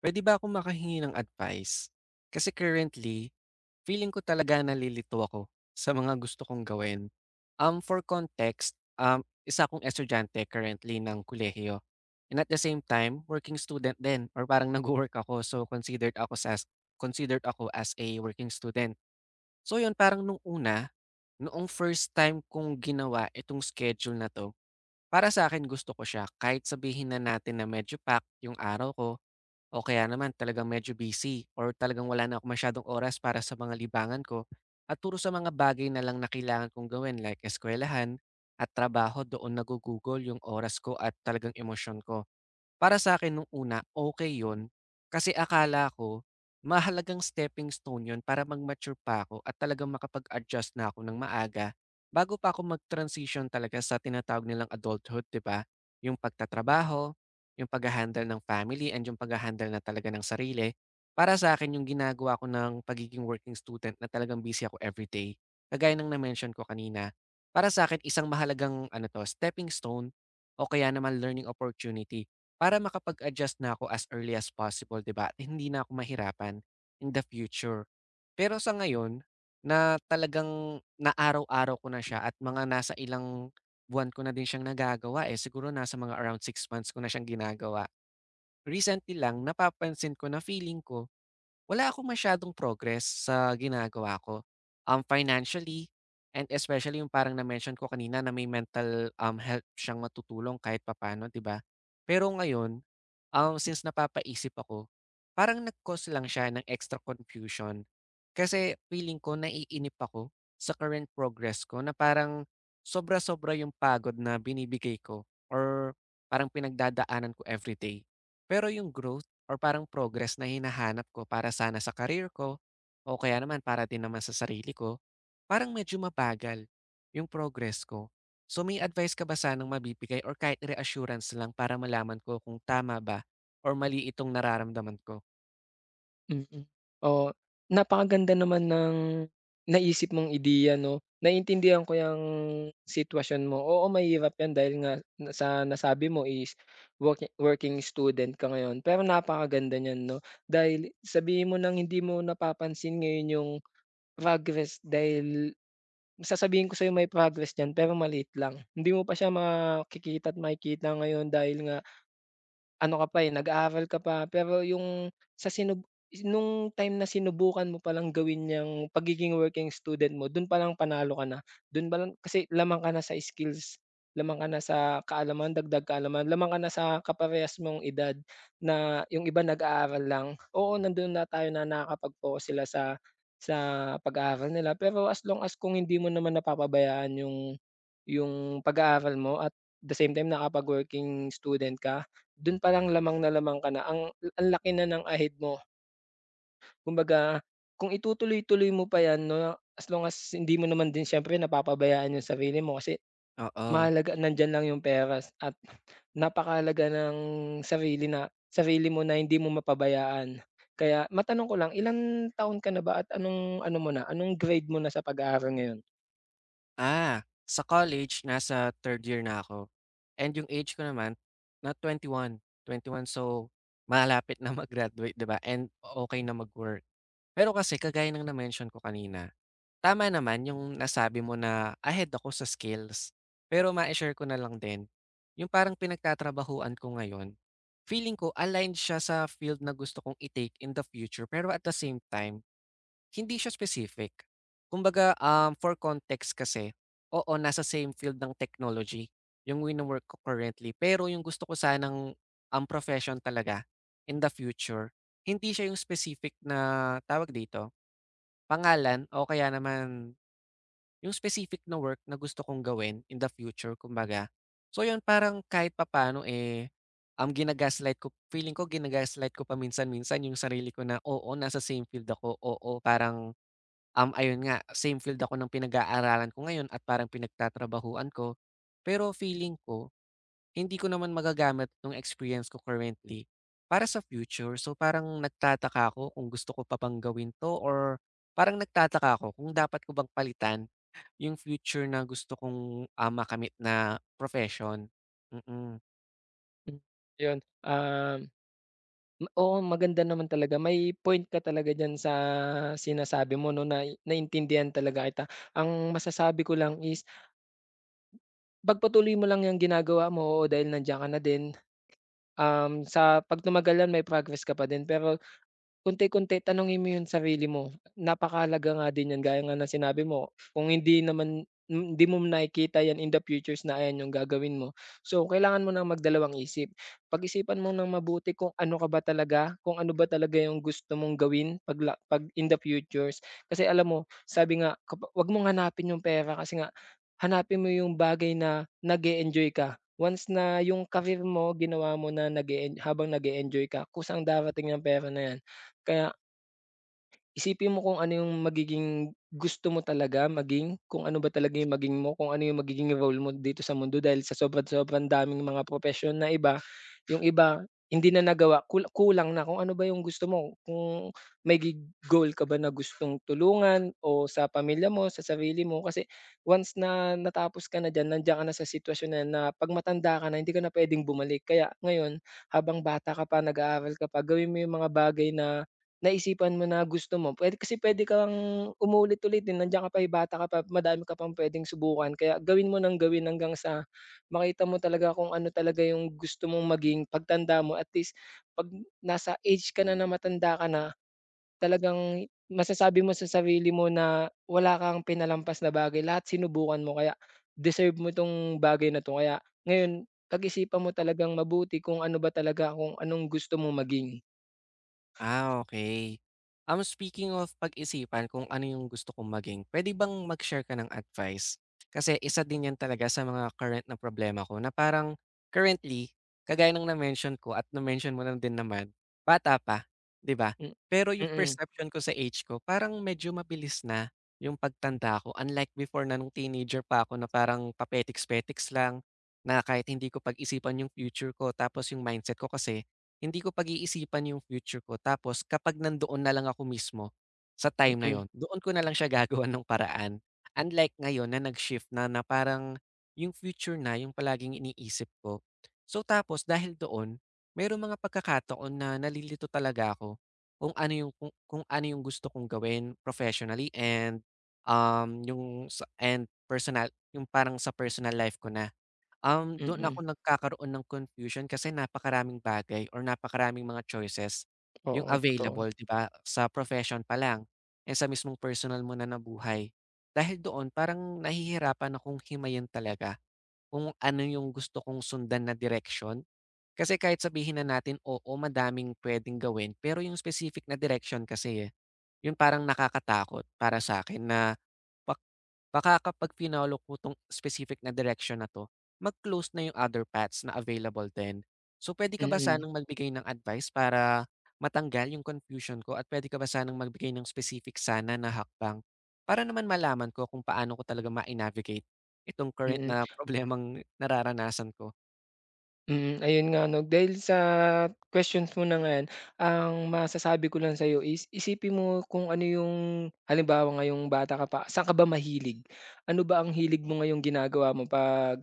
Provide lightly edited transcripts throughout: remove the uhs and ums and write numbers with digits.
Puwede ba akong makahingi ng advice? Kasi currently, feeling ko talaga nalilito ako sa mga gusto kong gawin. For context, isa akong estudyante currently ng kolehiyo and at the same time, working student din or parang nagwo-work ako. So, considered ako as a working student. So yun, parang nung una, noong first time kong ginawa itong schedule na 'to, para sa akin gusto ko siya kahit sabihin na natin na medyo packed yung araw ko o kaya naman talagang medyo busy or talagang wala na ako masyadong oras para sa mga libangan ko at puro sa mga bagay na lang na kailangan kong gawin like eskwelahan at trabaho doon nagugugol yung oras ko at talagang emosyon ko. Para sa akin nung una, okay yon. Kasi akala ko mahalagang stepping stone yon para mag-mature pa ako at talagang makapag-adjust na ako ng maaga bago pa ako mag-transition talaga sa tinatawag nilang adulthood, 'di ba? Yung pagtatrabaho, yung pagha-handle ng family and yung pagha-handle na talaga ng sarili. Para sa akin yung ginagawa ko ng pagiging working student na talagang busy ako everyday, kagaya ng na-mention ko kanina. Para sa akin isang mahalagang ano 'to, stepping stone o kaya naman learning opportunity para makapag-adjust na ako as early as possible, 'di ba, at hindi na ako mahirapan in the future. Pero sa ngayon na talagang na araw-araw ko na siya at mga nasa ilang buwan ko na din siyang nagagawa, eh, siguro nasa mga around 6 months ko na siyang ginagawa. Recently lang napapansin ko na feeling ko wala akong masyadong progress sa ginagawa ko, financially and especially yung parang na-mention ko kanina na may mental, health siyang matutulong kahit papaano, 'di ba? Pero ngayon, since napapaisip ako, parang nag-cause lang siya ng extra confusion kasi feeling ko naiinip ako sa current progress ko na parang sobra-sobra yung pagod na binibigay ko or parang pinagdadaanan ko everyday. Pero yung growth or parang progress na hinahanap ko para sana sa career ko o kaya naman para din naman sa sarili ko, parang medyo mabagal yung progress ko. So may advice ka ba sanang mabibigay or kahit reassurance lang para malaman ko kung tama ba or mali itong nararamdaman ko? Mm. Oo, napakaganda naman ng naisip mong ideya 'no. Naiintindihan ko 'yang sitwasyon mo. Oo, mahirap 'yan dahil nga na sa nasabi mo is working student ka ngayon. Pero napakaganda niyan 'no, dahil sabihin mo ng hindi mo napapansin ngayon yung progress, dahil sasabihin ko sa'yo, may progress diyan pero maliit lang. Hindi mo pa siya makikita at makikita ngayon dahil nga ano ka pa, eh, nag-aaral ka pa, pero yung sa sinub nung time na sinubukan mo palang gawin yang pagiging working student mo, dun palang panalo ka na. Dun palang kasi lamang ka na sa skills, lamang ka na sa kaalaman, dagdag kaalaman, lamang ka na sa kaparehas mong edad na yung iba nag-aaral lang. Oo, nandun na tayo na nakakapag-focus sila sa pag-aaral nila, pero as long as kung hindi mo naman napapabayaan yung pag-aaral mo, at the same time nakapag-working student ka. Dun palang lamang na lamang ka na, ang laki na ng ahid mo. Kumbaga, kung itutuloy-tuloy mo pa 'yan 'no, as long as hindi mo naman din siyempre napapabayaan yung sarili mo, kasi Oo. mahalaga, nandiyan lang yung peras at napakahalaga ng sarili na sarili mo na hindi mo mapabayaan. Kaya matanong ko lang, ilang taon ka na ba at anong grade mo na sa pag-aaral ngayon? Ah, sa college, nasa third year na ako. And yung age ko naman, na 21. Twenty one so malapit na mag-graduate, di ba? And okay na mag-work. Pero kasi, kagaya ng na-mention ko kanina, tama naman yung nasabi mo na ahead ako sa skills. Pero ma share ko na lang din, yung parang pinagtatrabahuan ko ngayon, feeling ko aligned siya sa field na gusto kong i-take in the future pero at the same time, hindi siya specific. Kumbaga, for context kasi, oo, nasa same field ng technology yung wino-work ko currently. Pero yung gusto ko sanang ang profession talaga in the future, hindi siya yung specific na tawag dito, pangalan o kaya naman yung specific na work na gusto kong gawin in the future kumbaga. So yun, parang kahit papaano, eh, um, ginagaslight ko feeling ko ginagaslight ko paminsan-minsan yung sarili ko na, oo, nasa same field ako, oo, parang, ayun nga, same field ako ng pinag-aaralan ko ngayon at parang pinagtatrabahuan ko. Pero feeling ko hindi ko naman magagamit nung experience ko currently para sa future. So, parang nagtataka ako kung gusto ko pa bang gawin 'to or parang nagtataka ako kung dapat ko bang palitan yung future na gusto kong, ah, makamit na profession. Mm. mm. Hmm, yun, um oo, maganda naman talaga. May point ka talaga diyan sa sinasabi mo 'no, na naintindihan talaga kita. Ang masasabi ko lang is pagpatuloy mo lang 'yang ginagawa mo, oo, dahil nandiyan ka na din. Um, sa 'pag tumagal may progress ka pa din, pero konti-konti tanungin mo yung sarili mo, napakahalaga nga din yan gaya nga ng sinabi mo, kung hindi naman hindi mo nakikita yan in the futures na ayan yung gagawin mo. So, kailangan mo ng magdalawang isip, pag-isipan mo ng mabuti kung ano ka ba talaga, kung ano ba talaga yung gusto mong gawin 'pag in the futures. Kasi alam mo, sabi nga kapa, 'wag mong hanapin yung pera, kasi nga hanapin mo yung bagay na nag-e-enjoy ka. Once na yung career mo, ginawa mo na habang nag-e-enjoy ka, kusang darating yang pera na yan. Kaya isipin mo kung ano yung magiging gusto mo talaga maging, kung ano ba talaga yung maging mo, kung ano yung magiging role mo dito sa mundo dahil sa sobrang sobrang daming mga propesyon na iba, yung iba hindi na nagawa, kulang na kung ano ba yung gusto mo, kung may gi goal ka ba na gustong tulungan o sa pamilya mo, sa sarili mo. Kasi once na natapos ka na diyan, nandiyan ka na sa sitwasyon na na 'pag matanda ka na hindi ka na puwedeng bumalik. Kaya ngayon habang bata ka pa, nag-aaral ka pa, gawin mo yung mga bagay na naisipan mo na gusto mo, puwede kasi pwede kang umulit-ulit, eh, nandiyan ka pa, eh, bata ka pa, madami ka pang puwedeng subukan, kaya gawin mo ng gawin hanggang sa makita mo talaga kung ano talaga yung gusto mong maging pagtanda mo. At least 'pag nasa age ka na na matanda ka na, talagang masasabi mo sa sarili mo na wala kang pinalampas na bagay, lahat sinubukan mo, kaya deserve mo 'tong bagay na 'to. Kaya ngayon pag-isipan mo talagang mabuti kung ano ba talaga, kung anong gusto mo maging. Ah, okay. Speaking of pag-isipan kung ano yung gusto kong maging, puwede bang mag-share ka ng advice? Kasi isa din yan talaga sa mga current na problema ko na parang currently, kagaya ng na-mention ko at na-mention mo na din naman, bata pa, 'di ba? Hmm, Pero yung mm, perception ko sa age ko parang medyo mabilis na yung pagtanda ko unlike before na nung teenager pa ako na parang papetiks-petiks lang, na kahit hindi ko pag-isipan yung future ko tapos yung mindset ko kasi hindi ko pag-iisipan yung future ko tapos kapag nandoon na lang ako mismo, sa time na mm. yon doon ko na lang siya gagawan ng paraan. Unlike ngayon na nag-shift na na parang yung future na yung palaging iniisip ko. So tapos dahil doon, merong mga pagkakataon na nalilito talaga ako kung ano yung kung ano yung gusto kong gawin professionally and yung and personal yung parang sa personal life ko na. Doon ako Mm, nagkakaroon ng confusion kasi napakaraming bagay or napakaraming mga choices yung oo, totoo. available, 'di ba, sa profession pa lang and sa mismong personal mo na nabuhay. Dahil doon parang nahihirapan akong himayin talaga kung ano yung gusto kong sundan na direction. Kasi kahit sabihin na natin, oo, madaming puwedeng gawin, pero yung specific na direction kasi, eh, yun parang nakakatakot para sa akin na Pak baka kapag finollow ko 'tong specific na direction na 'to, mag-close na yung other paths na available din. So, puwede ka ba Mm, sanang magbigay ng advice para matanggal yung confusion ko at puwede ka ba sanang magbigay ng specific sana na hakbang para naman malaman ko kung paano ko talaga ma navigate itong current mm, na problemang nararanasan ko? mm. Ayun nga 'no, dahil sa questions mo na nga 'yan, ang masasabi ko lang sa'yo is isipin mo kung ano yung halimbawa ngayong bata ka pa, saan ka ba mahilig? Ano ba ang hilig mo ngayong ginagawa mo 'pag,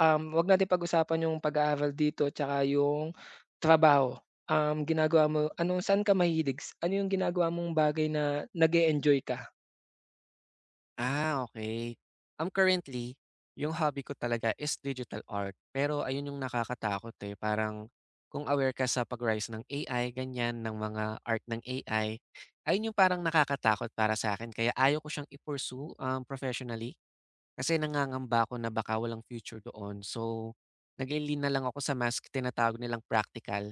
'wag natin pag-usapan yung pag-aaral dito tsaka yung trabaho. Ginagawa mo ano, saan ka mahilig? Ano yung ginagawa mong bagay na nag-e-enjoy ka? Ah, okay. Currently, yung hobby ko talaga is digital art. Pero ayun yung nakakatakot, eh, parang kung aware ka sa pag-rise ng AI, ganyan, ng mga art ng AI, ayun yung parang nakakatakot para sa akin kaya ayaw ko siyang i-pursue, professionally kasi nangangamba ako na baka walang future doon. So, nag lean na lang ako sa mas tinatawag nilang practical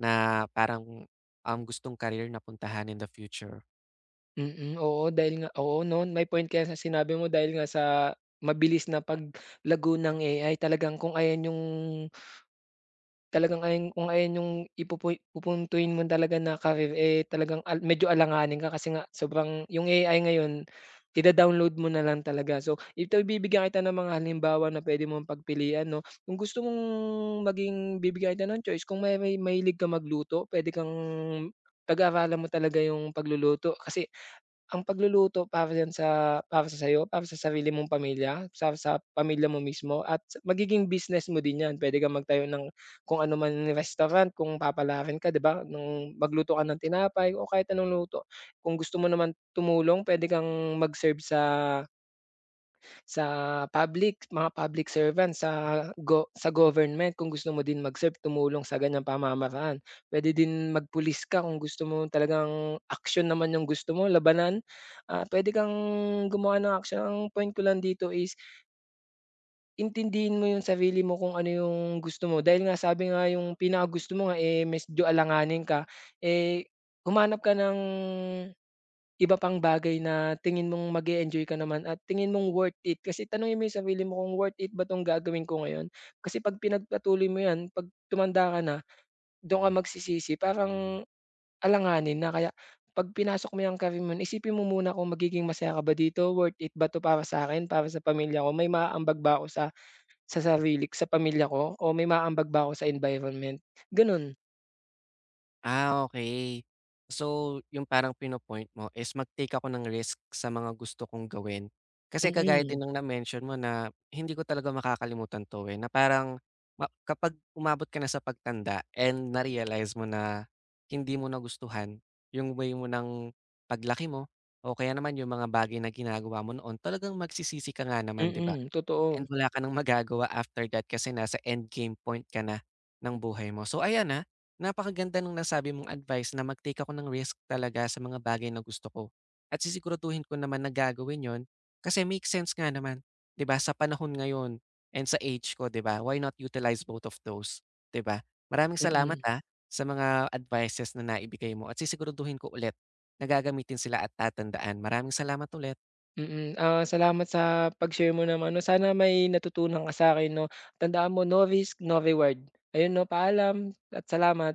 na parang, gustong career na puntahan in the future. Mm, oo, dahil nga oo 'no, may point ka sa sinabi mo dahil nga sa mabilis na paglago ng AI. Talagang kung ayan yung talagang ayan kung ayan yung pupuntuin mo talaga na career, eh, talagang medyo alanganin ka kasi nga sobrang yung AI ngayon, ida-download mo na lang talaga. So, ito, bibigyan kita ng mga halimbawa na puwede mong pagpilian 'no. Kung gusto mong bibigyan kita ng choice, kung may mahilig kang magluto, puwede kang pag-aralan mo talaga yung pagluluto, kasi ang pagluluto, para yan sa para sa sayo, para sa sarili mong pamilya, sa pamilya mo mismo, at magiging business mo din yan. Puwede kang magtayo ng kung ano man restaurant, kung papalarin ka 'di ba, ng magluto ka ng tinapay o kahit anong luto. Kung gusto mo naman tumulong, puwede kang mag-serve sa sa public, mga public servant sa sa government, kung gusto mo din mag-serve, tumulong sa ganyang pamamaraan. Pwede din magpulis ka kung gusto mo talagang action naman yung gusto mo, labanan, ah, puwede kang gumawa ng action. Ang point ko lang dito is intindihin mo yung sarili mo kung ano yung gusto mo, dahil nga sabi nga yung pinaka gusto mo nga, eh, medyo alanganin ka, eh, humanap ka ng iba pang bagay na tingin mong mag enjoy ka naman at tingin mong worth it. Kasi tanungin mo yung sarili mo kung worth it ba 'tong gagawin ko ngayon. Kasi 'pag pinagpatuloy mo 'yan, 'pag tumanda ka na, do'n ka magsisisi. Parang alanganin na, kaya 'pag pinasok mo 'yang career mo, isipin mo muna kung magiging masaya ka ba dito, worth it ba 'to para sa akin, para sa pamilya ko, may maaambag ba ako sa sarili, sa pamilya ko, o may maaambag ba ako sa environment, gano'n. Ah, okay. So, yung parang pinopoint mo is mag-take ako ng risk sa mga gusto kong gawin. Kasi Mm, kagaya din mm, ng na-mention mo na hindi ko talaga makakalimutan 'to, eh, na parang kapag umabot ka na sa pagtanda and na-realize mo na hindi mo nagustuhan yung way mo ng paglaki mo o kaya naman yung mga bagay na ginagawa mo noon, talagang magsisisi ka nga naman, 'di ba? Totoo, And wala ka ng magagawa after that kasi nasa endgame point ka na ng buhay mo. So ayan, ah, napakaganda nung nasabi mong advice na mag-take ako ng risk talaga sa mga bagay na gusto ko. At sisiguraduhin ko naman na gagawin 'yon kasi make sense nga naman, 'di ba? Sa panahon ngayon and sa age ko, 'di ba? Why not utilize both of those, 'di ba? Maraming mm salamat mm. ah sa mga advices na naibigay mo at sisiguraduhin ko ulit na gagamitin sila at tatandaan. Maraming salamat ulit. Mm, ah, salamat sa pag-share mo naman. No, sana may natutunan ka sa'kin 'no. Tandaan mo, no risk, no reward. Ayun 'no, paalam at salamat.